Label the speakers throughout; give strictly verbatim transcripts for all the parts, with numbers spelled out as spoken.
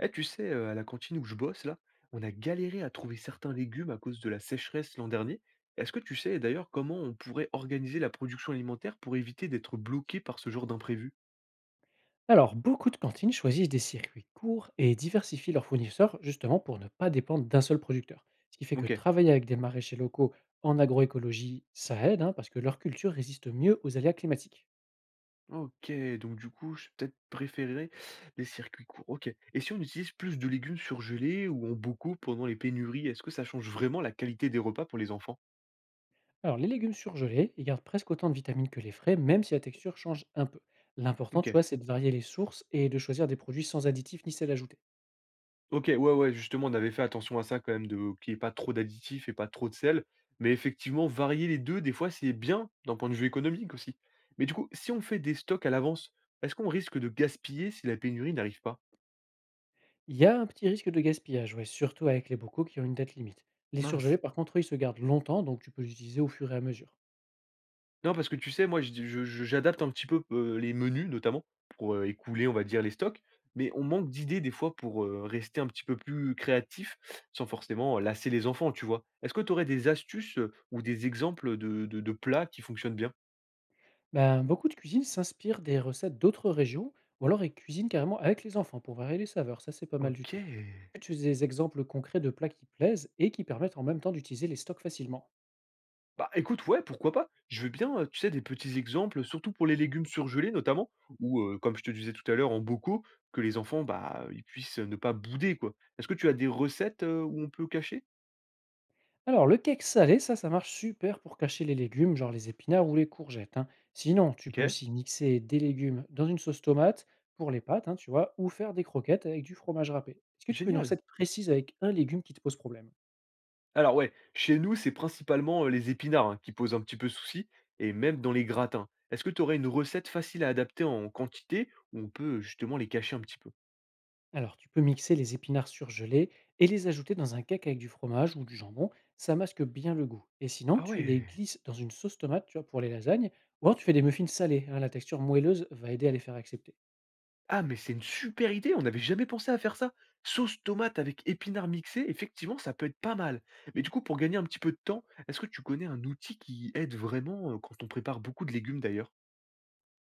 Speaker 1: Eh, tu sais, euh, à la cantine où je bosse, là, on a galéré à trouver certains légumes à cause de la sécheresse l'an dernier. Est-ce que tu sais d'ailleurs comment on pourrait organiser la production alimentaire pour éviter d'être bloqué par ce genre d'imprévu?
Speaker 2: Alors, beaucoup de cantines choisissent des circuits courts et diversifient leurs fournisseurs justement pour ne pas dépendre d'un seul producteur. Ce qui fait que
Speaker 1: Ok.
Speaker 2: travailler avec des maraîchers locaux en agroécologie, ça aide hein, parce que leur culture résiste mieux aux aléas climatiques.
Speaker 1: Ok, donc du coup, je peut-être préférerais les circuits courts. Ok. Et si on utilise plus de légumes surgelés ou en beaucoup pendant les pénuries, est-ce que ça change vraiment la qualité des repas pour les enfants?
Speaker 2: Alors, les légumes surgelés, ils gardent presque autant de vitamines que les frais, même si la texture change un peu. L'important,
Speaker 1: Ok.
Speaker 2: tu vois, c'est de varier les sources et de choisir des produits sans additifs ni sel ajouté.
Speaker 1: OK, ouais, ouais, justement, on avait fait attention à ça quand même de qu'il n'y ait pas trop d'additifs et pas trop de sel. Mais effectivement, varier les deux des fois, c'est bien d'un point de vue économique aussi. Mais du coup, si on fait des stocks à l'avance, est-ce qu'on risque de gaspiller si la pénurie n'arrive pas?
Speaker 2: Il y a un petit risque de gaspillage, ouais, surtout avec les bocaux qui ont une date limite. Les
Speaker 1: Mince.
Speaker 2: surgelés, par contre, eux, ils se gardent longtemps, donc tu peux les utiliser au fur et à mesure.
Speaker 1: Non, parce que tu sais, moi, je je je j'adapte un petit peu, heu, les menus notamment pour, heu, écouler, on va dire, les stocks. Mais on manque d'idées des fois pour, heu, rester un petit peu plus créatif sans forcément lasser les enfants, tu vois? Est-ce que tu aurais des astuces, heu, ou des exemples de de de plats qui fonctionnent bien?
Speaker 2: Ben, beaucoup de cuisines s'inspirent des recettes d'autres régions ou alors ils cuisinent carrément avec les enfants pour varier les saveurs. Ça, c'est pas mal du
Speaker 1: OK.
Speaker 2: tout. Est-ce que tu as des exemples concrets de plats qui plaisent et qui permettent en même temps d'utiliser les stocks facilement?
Speaker 1: Bah, écoute, ouais, pourquoi pas? Je veux bien, heu, tu sais, des petits exemples, surtout pour les légumes surgelés notamment, ou, heu, comme je te disais tout à l'heure en bocaux, que les enfants, bah, ils puissent ne pas bouder, quoi. Est-ce que tu as des recettes, heu, où on peut cacher?
Speaker 2: Alors, le cake salé, ça, ça marche super pour cacher les légumes, genre les épinards ou les courgettes, hein. Sinon, tu peux
Speaker 1: OK,
Speaker 2: aussi mixer des légumes dans une sauce tomate pour les pâtes, hein, tu vois, ou faire des croquettes avec du fromage râpé. Est-ce que tu veux une
Speaker 1: génial.
Speaker 2: recette précise avec un légume qui te pose problème?
Speaker 1: Alors ouais, chez nous, c'est principalement, heu, les épinards, hein, qui posent un petit peu souci et même dans les gratins. Est-ce que tu aurais une recette facile à adapter en quantité où on peut, justement, les cacher un petit peu?
Speaker 2: Alors, tu peux mixer les épinards surgelés et les ajouter dans un cake avec du fromage ou du jambon. Ça masque bien le goût. Et sinon,
Speaker 1: Ah
Speaker 2: tu
Speaker 1: ouais!
Speaker 2: les glisses dans une sauce tomate, tu vois, pour les lasagnes. Ou alors, tu fais des muffins salés, hein, la texture moelleuse va aider à les faire accepter.
Speaker 1: Ah, mais c'est une super idée, on n'avait jamais pensé à faire ça. Sauce tomate avec épinards mixés, effectivement, ça peut être pas mal. Mais du coup, pour gagner un petit peu de temps, est-ce que tu connais un outil qui aide vraiment euh, quand on prépare beaucoup de légumes d'ailleurs?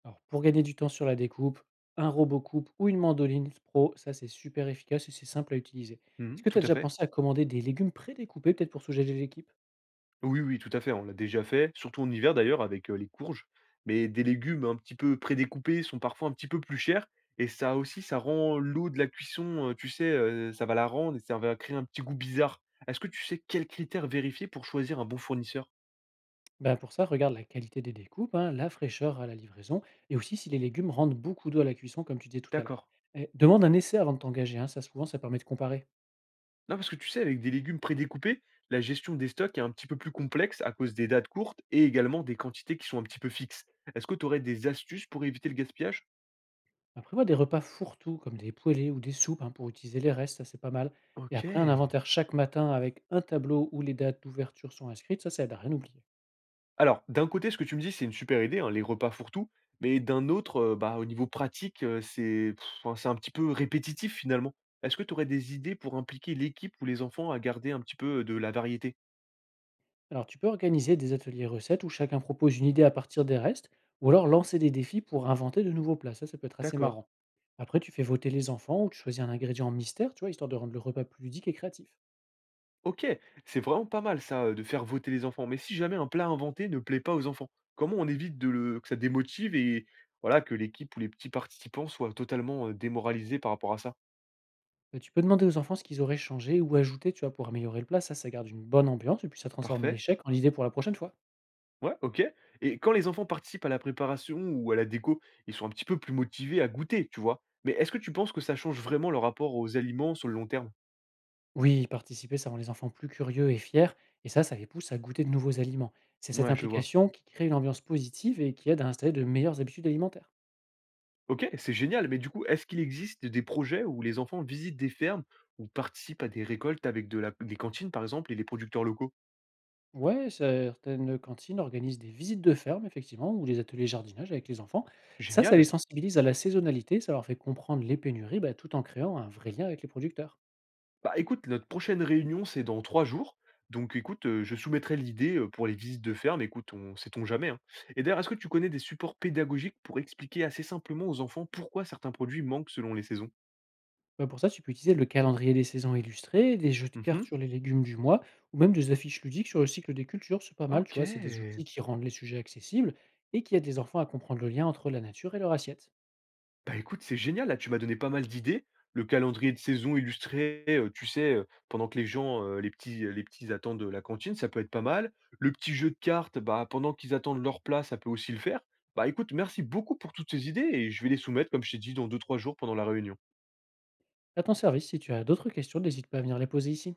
Speaker 2: Alors, pour gagner du temps sur la découpe, un robot coupe ou une mandoline pro, ça c'est super efficace et c'est simple à utiliser. Est-ce
Speaker 1: Mhm,
Speaker 2: que tu
Speaker 1: tout
Speaker 2: as
Speaker 1: à
Speaker 2: déjà
Speaker 1: fait.
Speaker 2: pensé à commander des légumes prédécoupés, peut-être pour soulager l'équipe?
Speaker 1: Oui, oui, tout à fait, on l'a déjà fait, surtout en hiver d'ailleurs avec euh, les courges. Mais des légumes un petit peu prédécoupés sont parfois un petit peu plus chers. Et ça aussi, ça rend l'eau de la cuisson, euh, tu sais, euh, ça va la rendre et ça va créer un petit goût bizarre. Est-ce que tu sais quels critères vérifier pour choisir un bon fournisseur?
Speaker 2: Ben, pour ça, regarde la qualité des découpes, hein, la fraîcheur à la livraison, et aussi si les légumes rendent beaucoup d'eau à la cuisson, comme tu disais tout à l'heure.
Speaker 1: D'accord.
Speaker 2: Et demande un essai avant de t'engager, hein, ça souvent ça permet de comparer.
Speaker 1: Non, parce que tu sais, avec des légumes prédécoupés, la gestion des stocks est un petit peu plus complexe à cause des dates courtes et également des quantités qui sont un petit peu fixes. Est-ce que tu aurais des astuces pour éviter le gaspillage?
Speaker 2: Après, vois des repas fourre-tout, comme des poêlés ou des soupes, hein, pour utiliser les restes, ça c'est pas mal. Et
Speaker 1: Ok.
Speaker 2: après, un inventaire chaque matin avec un tableau où les dates d'ouverture sont inscrites, ça, ça aide à rien oublier.
Speaker 1: Alors, d'un côté, ce que tu me dis, c'est une super idée, hein, les repas fourre-tout, mais d'un autre, euh, bah, au niveau pratique, euh, c'est pff, enfin, c'est un petit peu répétitif finalement. Est-ce que tu aurais des idées pour impliquer l'équipe ou les enfants à garder un petit peu euh, de la variété?
Speaker 2: Alors, tu peux organiser des ateliers recettes où chacun propose une idée à partir des restes, ou alors lancer des défis pour inventer de nouveaux plats. Ça, ça peut être assez
Speaker 1: D'accord.
Speaker 2: marrant. Après, tu fais voter les enfants ou tu choisis un ingrédient mystère, tu vois, histoire de rendre le repas plus ludique et créatif.
Speaker 1: OK, c'est vraiment pas mal ça, heu, de faire voter les enfants. Mais si jamais un plat inventé ne plaît pas aux enfants, comment on évite de le que ça démotive et voilà, que l'équipe ou les petits participants soient totalement, heu, démoralisés par rapport à ça?
Speaker 2: Euh, Tu peux demander aux enfants ce qu'ils auraient changé ou ajouté, tu vois, pour améliorer le plat. Ça, ça garde une bonne ambiance et puis ça transforme
Speaker 1: Parfait,
Speaker 2: l'échec en idée pour la prochaine fois.
Speaker 1: ouais, OK. Et quand les enfants participent à la préparation ou à la déco, ils sont un petit peu plus motivés à goûter, tu vois? Mais est-ce que tu penses que ça change vraiment leur rapport aux aliments sur le long terme?
Speaker 2: Oui, participer, ça rend les enfants plus curieux et fiers, et ça, ça les pousse à goûter de nouveaux aliments. C'est cette
Speaker 1: Ouais, je vois.
Speaker 2: implication qui crée une ambiance positive et qui aide à installer de meilleures habitudes alimentaires.
Speaker 1: OK, c'est génial, mais du coup, est-ce qu'il existe des projets où les enfants visitent des fermes ou participent à des récoltes avec de la des cantines, par exemple, et les producteurs locaux?
Speaker 2: Ouais, certaines cantines organisent des visites de ferme, effectivement, ou des ateliers jardinage avec les enfants. Ça, ça les
Speaker 1: Génial.
Speaker 2: sensibilise à la saisonnalité, ça leur fait comprendre les pénuries, bah, tout en créant un vrai lien avec les producteurs.
Speaker 1: Bah écoute, notre prochaine réunion, c'est dans trois jours. Donc écoute, euh, je soumettrai l'idée euh, pour les visites de ferme. Écoute, on sait-on jamais, hein. Et d'ailleurs, est-ce que tu connais des supports pédagogiques pour expliquer assez simplement aux enfants pourquoi certains produits manquent selon les saisons?
Speaker 2: Bah, pour ça, tu peux utiliser le calendrier des saisons illustré, des jeux de cartes
Speaker 1: Mhm.
Speaker 2: sur les légumes du mois, ou même des affiches ludiques sur le cycle des cultures, c'est pas mal, tu
Speaker 1: Ok.
Speaker 2: vois, c'est des outils qui rendent les sujets accessibles et qui aident les enfants à comprendre le lien entre la nature et leur assiette.
Speaker 1: Bah, écoute, c'est génial, là, tu m'as donné pas mal d'idées. Le calendrier de saison illustré, heu, tu sais, heu, pendant que les gens, heu, les petits les petits attendent, la cantine, ça peut être pas mal. Le petit jeu de cartes, bah, pendant qu'ils attendent leur plat, ça peut aussi le faire. Bah, écoute, merci beaucoup pour toutes ces idées et je vais les soumettre, comme je t'ai dit, dans deux trois jours pendant la réunion.
Speaker 2: À ton service, si tu as d'autres questions, n'hésite pas à venir les poser ici.